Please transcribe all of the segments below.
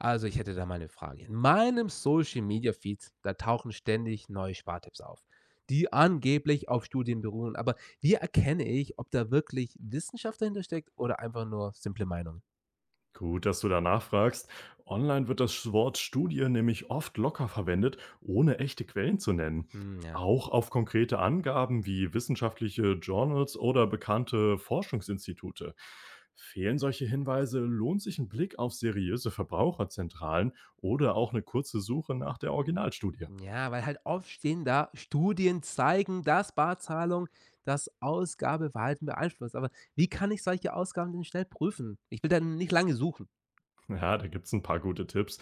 Also, ich hätte da mal 'ne Frage. In meinem Social Media Feed, da tauchen ständig neue Spartipps auf, die angeblich auf Studien beruhen. Aber wie erkenne ich, ob da wirklich Wissenschaft dahinter steckt oder einfach nur simple Meinung? Gut, dass du da nachfragst. Online wird das Wort Studie nämlich oft locker verwendet, ohne echte Quellen zu nennen. Hm, ja. Auch auf konkrete Angaben wie wissenschaftliche Journals oder bekannte Forschungsinstitute. Fehlen solche Hinweise, lohnt sich ein Blick auf seriöse Verbraucherzentralen oder auch eine kurze Suche nach der Originalstudie. Ja, weil halt oft stehen da: „Studien zeigen, dass Barzahlung das Ausgabeverhalten beeinflusst.“ Aber wie kann ich solche Ausgaben denn schnell prüfen? Ich will dann nicht lange suchen. Ja, da gibt's ein paar gute Tipps.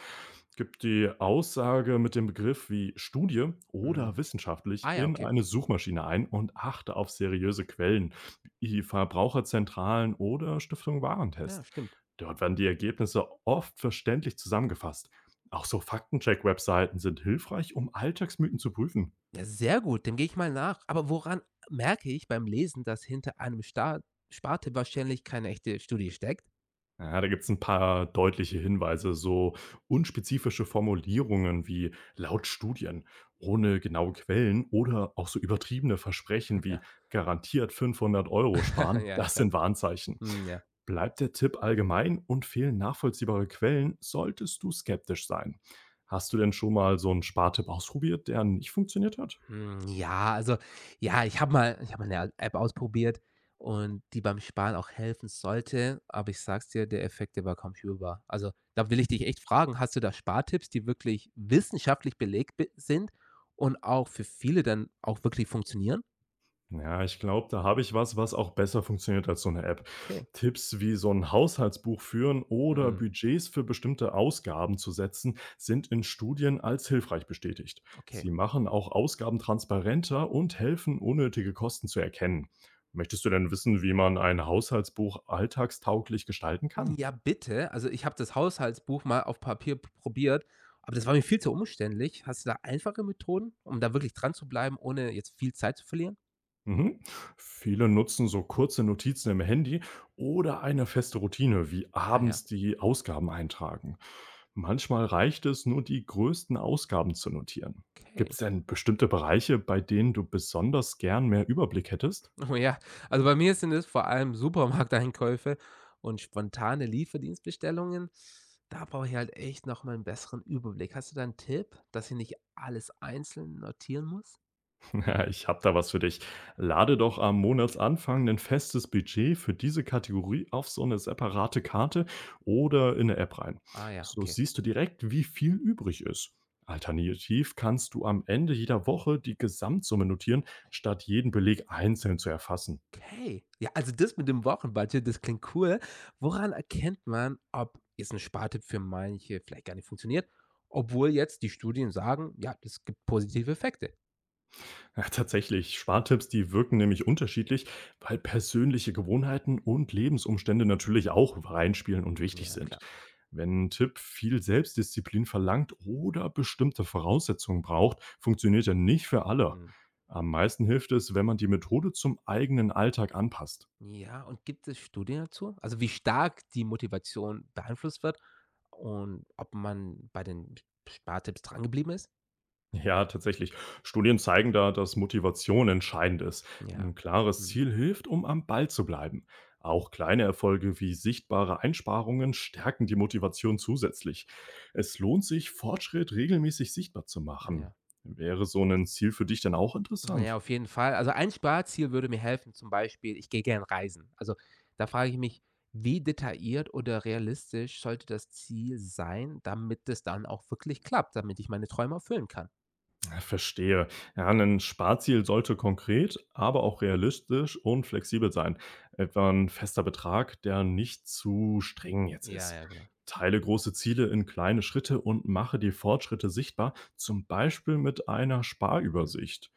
Gib die Aussage mit dem Begriff wie „Studie" Hm. oder Ah „wissenschaftlich" ja, in okay. eine Suchmaschine ein und achte auf seriöse Quellen wie Verbraucherzentralen oder Stiftung Ja, Warentest. stimmt. Dort werden die Ergebnisse oft verständlich zusammengefasst. Auch so Faktencheck-Webseiten sind hilfreich, um Alltagsmythen zu prüfen. Ja, sehr gut, dem gehe ich mal nach. Aber woran merke ich beim Lesen, dass hinter einem Sta Spartipp wahrscheinlich keine echte Studie steckt? Ja, da gibt es ein paar deutliche Hinweise, so unspezifische Formulierungen wie „laut Studien", ohne genaue Quellen oder auch so übertriebene Versprechen Ja, wie „garantiert 500 € sparen", ja, das klar. sind Warnzeichen. Hm, ja. Bleibt der Tipp allgemein und fehlen nachvollziehbare Quellen, solltest du skeptisch sein. Hast du denn schon mal so 'n Spartipp ausprobiert, der nicht funktioniert hat? Hm, ja, also, ja, ich habe mal 'ne App ausprobiert und die beim Sparen auch helfen sollte, aber ich sag's dir, der Effekt, der war kaum spürbar. Also, da will ich dich echt fragen, hast du da Spartipps, die wirklich wissenschaftlich belegt bi sind und auch für viele dann auch wirklich funktionieren? Ja, ich glaube, da habe ich was, was auch besser funktioniert als so eine App. Okay. Tipps wie so ein Haushaltsbuch führen oder Mhm. Budgets für bestimmte Ausgaben zu setzen, sind in Studien als hilfreich bestätigt. Okay. Sie machen auch Ausgaben transparenter und helfen, unnötige Kosten zu erkennen. Möchtest du denn wissen, wie man ein Haushaltsbuch alltagstauglich gestalten kann? Ja, bitte. Also, ich habe das Haushaltsbuch mal auf Papier p probiert, aber das war mir viel zu umständlich. Hast du da einfache Methoden, um da wirklich dran zu bleiben, ohne jetzt viel Zeit zu verlieren? Mhm. Viele nutzen so kurze Notizen im Handy oder eine feste Routine, wie Ah ja, abends die Ausgaben eintragen. Manchmal reicht es nur, die größten Ausgaben zu notieren. okay. Gibt es denn bestimmte Bereiche, bei denen du besonders gern mehr Überblick hättest? Oh ja, also bei mir sind es vor allem Supermarkteinkäufe und spontane Lieferdienstbestellungen. Da brauche ich halt echt noch mal 'n besseren Überblick. Hast du da einen Tipp, dass ich nicht alles einzeln notieren muss? Ja, ich habe da was für dich. Lade doch am Monatsanfang ein festes Budget für diese Kategorie auf so eine separate Karte oder in 'ne App rein. Ah ja, So okay. siehst du direkt, wie viel übrig ist. Alternativ kannst du am Ende jeder Woche die Gesamtsumme notieren, statt jeden Beleg einzeln zu erfassen. Okay. Ja, also das mit dem Wochenbudget, das klingt cool. Woran erkennt man, ob jetzt ein Spartipp für manche vielleicht gar nicht funktioniert, obwohl jetzt die Studien sagen: „Ja, das gibt positive Effekte?“ Ja, tatsächlich. Spartipps, die wirken nämlich unterschiedlich, weil persönliche Gewohnheiten und Lebensumstände natürlich auch reinspielen und Hm, wichtig ja, sind. klar. Wenn ein Tipp viel Selbstdisziplin verlangt oder bestimmte Voraussetzungen braucht, funktioniert er nicht für alle. Mhm. Am meisten hilft es, wenn man die Methode zum eigenen Alltag anpasst. Ja, und gibt es Studien dazu? Also, wie stark die Motivation beeinflusst wird und ob man bei den Spartipps drangeblieben ist? Ja, tatsächlich. Studien zeigen da, dass Motivation entscheidend ist. Ja. Ein klares Mhm. Ziel hilft, um am Ball zu bleiben. Auch kleine Erfolge wie sichtbare Einsparungen stärken die Motivation zusätzlich. Es lohnt sich, Fortschritt regelmäßig sichtbar zu Ah machen. ja. Wäre so ein Ziel für dich denn auch Ja, interessant? auf jeden Fall. Also ein Sparziel würde mir helfen, zum Beispiel, ich gehe gern reisen. Also da frage ich mich, wie detailliert oder realistisch sollte das Ziel sein, damit es dann auch wirklich klappt, damit ich meine Träume erfüllen kann? Ja, verstehe. Ja, ein Sparziel sollte konkret, aber auch realistisch und flexibel sein. Etwa ein fester Betrag, der nicht zu streng jetzt Ja, ist. ja, genau. Teile große Ziele in kleine Schritte und mache die Fortschritte sichtbar, zum Beispiel mit einer Mhm. Sparübersicht.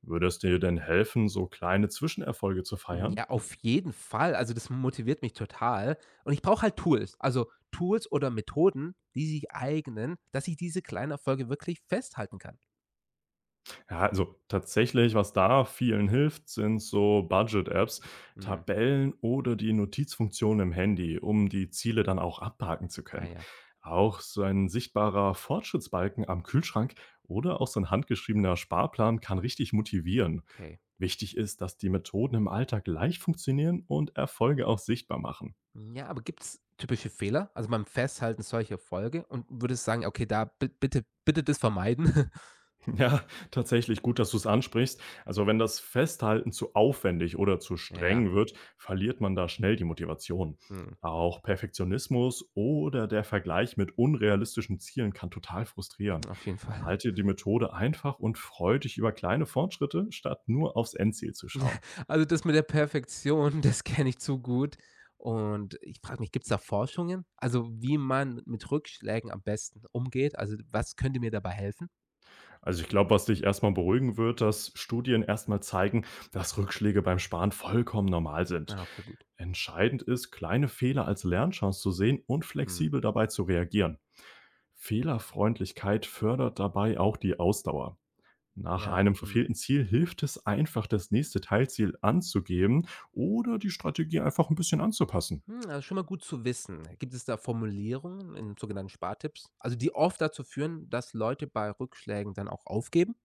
Würde es dir denn helfen, so kleine Zwischenerfolge zu feiern? Ja, auf jeden Fall. Also das motiviert mich total. Und ich brauche halt Tools. Also Tools oder Methoden, die sich eignen, dass ich diese kleinen Erfolge wirklich festhalten kann. Ja, also tatsächlich, was da vielen hilft, sind so Budget-Apps, Mhm. Tabellen oder die Notizfunktion im Handy, um die Ziele dann auch abhaken zu Ah können. ja, Auch so ein sichtbarer Fortschrittsbalken am Kühlschrank oder auch so ein handgeschriebener Sparplan kann richtig motivieren. okay. Wichtig ist, dass die Methoden im Alltag leicht funktionieren und Erfolge auch sichtbar machen. Hm, ja, aber gibt's typische Fehler? Also, beim Festhalten solcher Erfolge und würdest sagen: „Okay, da bi bitte das vermeiden?“ Ja, tatsächlich gut, dass du es ansprichst. Also wenn das Festhalten zu aufwendig oder zu Ja, streng wird, verliert man da schnell die Motivation. mhm, Auch Perfektionismus oder der Vergleich mit unrealistischen Zielen kann total frustrieren. auf jeden Fall. Halte die Methode einfach und freu dich über kleine Fortschritte, statt nur aufs Endziel zu schauen. Also, das mit der Perfektion, das kenne ich zu gut und ich frage mich, gibt's da Forschungen? Also, wie man mit Rückschlägen am besten umgeht? Also, was könnte mir dabei helfen? Also ich glaube, was dich erstmal beruhigen wird, dass Studien erstmal zeigen, dass Rückschläge beim Sparen vollkommen normal sind. Ah, okay, gut. Entscheidend ist, kleine Fehler als Lernchance zu sehen und Mhm. flexibel dabei zu reagieren. Fehlerfreundlichkeit fördert dabei auch die Ausdauer. Nach Ja, einem mhm. verfehlten Ziel hilft es einfach, das nächste Teilziel anzugeben oder die Strategie einfach ein bisschen anzupassen. Hm, also, schon mal gut zu wissen. Gibt es da Formulierungen in sogenannten Spartipps, also, die oft dazu führen, dass Leute bei Rückschlägen dann auch aufgeben?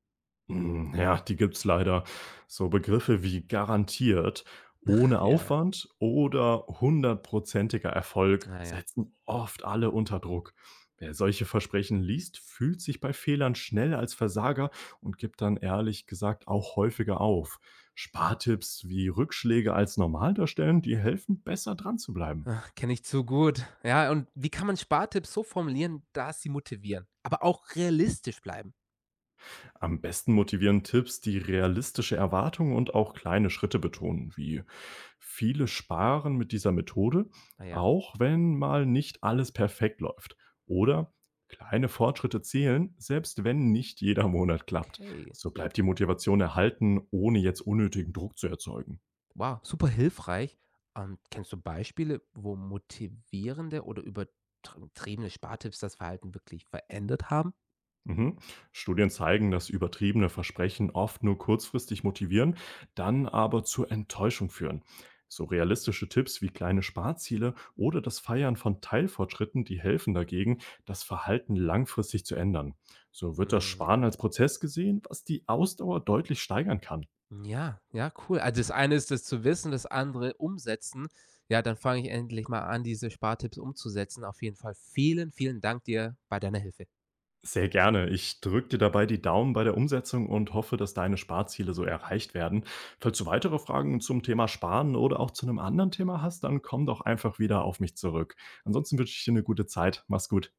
Hm, ja, die gibt's leider. So Begriffe wie garantiert, ohne Ja, ja. Aufwand oder hundertprozentiger Erfolg Ah ja, setzen oft alle unter Druck. Wer solche Versprechen liest, fühlt sich bei Fehlern schnell als Versager und gibt dann ehrlich gesagt auch häufiger auf. Spartipps wie Rückschläge als normal darstellen, die helfen, besser dran zu bleiben. kenne ich zu gut. Ja, und wie kann man Spartipps so formulieren, dass sie motivieren, aber auch realistisch bleiben? Am besten motivieren Tipps, die realistische Erwartungen und auch kleine Schritte betonen, wie viele sparen mit dieser Methode, Ah ja, auch wenn mal nicht alles perfekt läuft. Oder kleine Fortschritte zählen, selbst wenn nicht jeder Monat klappt. okay. So bleibt die Motivation erhalten, ohne jetzt unnötigen Druck zu erzeugen. Wow, super hilfreich. Kennst du Beispiele, wo motivierende oder übertriebene Spartipps das Verhalten wirklich verändert haben? Mhm. Studien zeigen, dass übertriebene Versprechen oft nur kurzfristig motivieren, dann aber zur Enttäuschung führen. So realistische Tipps wie kleine Sparziele oder das Feiern von Teilfortschritten, die helfen dagegen, das Verhalten langfristig zu ändern. So wird das Hm, Sparen ja. als Prozess gesehen, was die Ausdauer deutlich steigern kann. Ja, ja, cool. Also das eine ist das zu wissen, das andere umsetzen. Ja, dann fange ich endlich mal an, diese Spartipps umzusetzen. Auf jeden Fall vielen, vielen Dank dir bei deiner Hilfe. Sehr gerne. Ich drücke dir dabei die Daumen bei der Umsetzung und hoffe, dass deine Sparziele so erreicht werden. Falls du weitere Fragen zum Thema Sparen oder auch zu einem anderen Thema hast, dann komm doch einfach wieder auf mich zurück. Ansonsten wünsche ich dir eine gute Zeit. Mach's gut.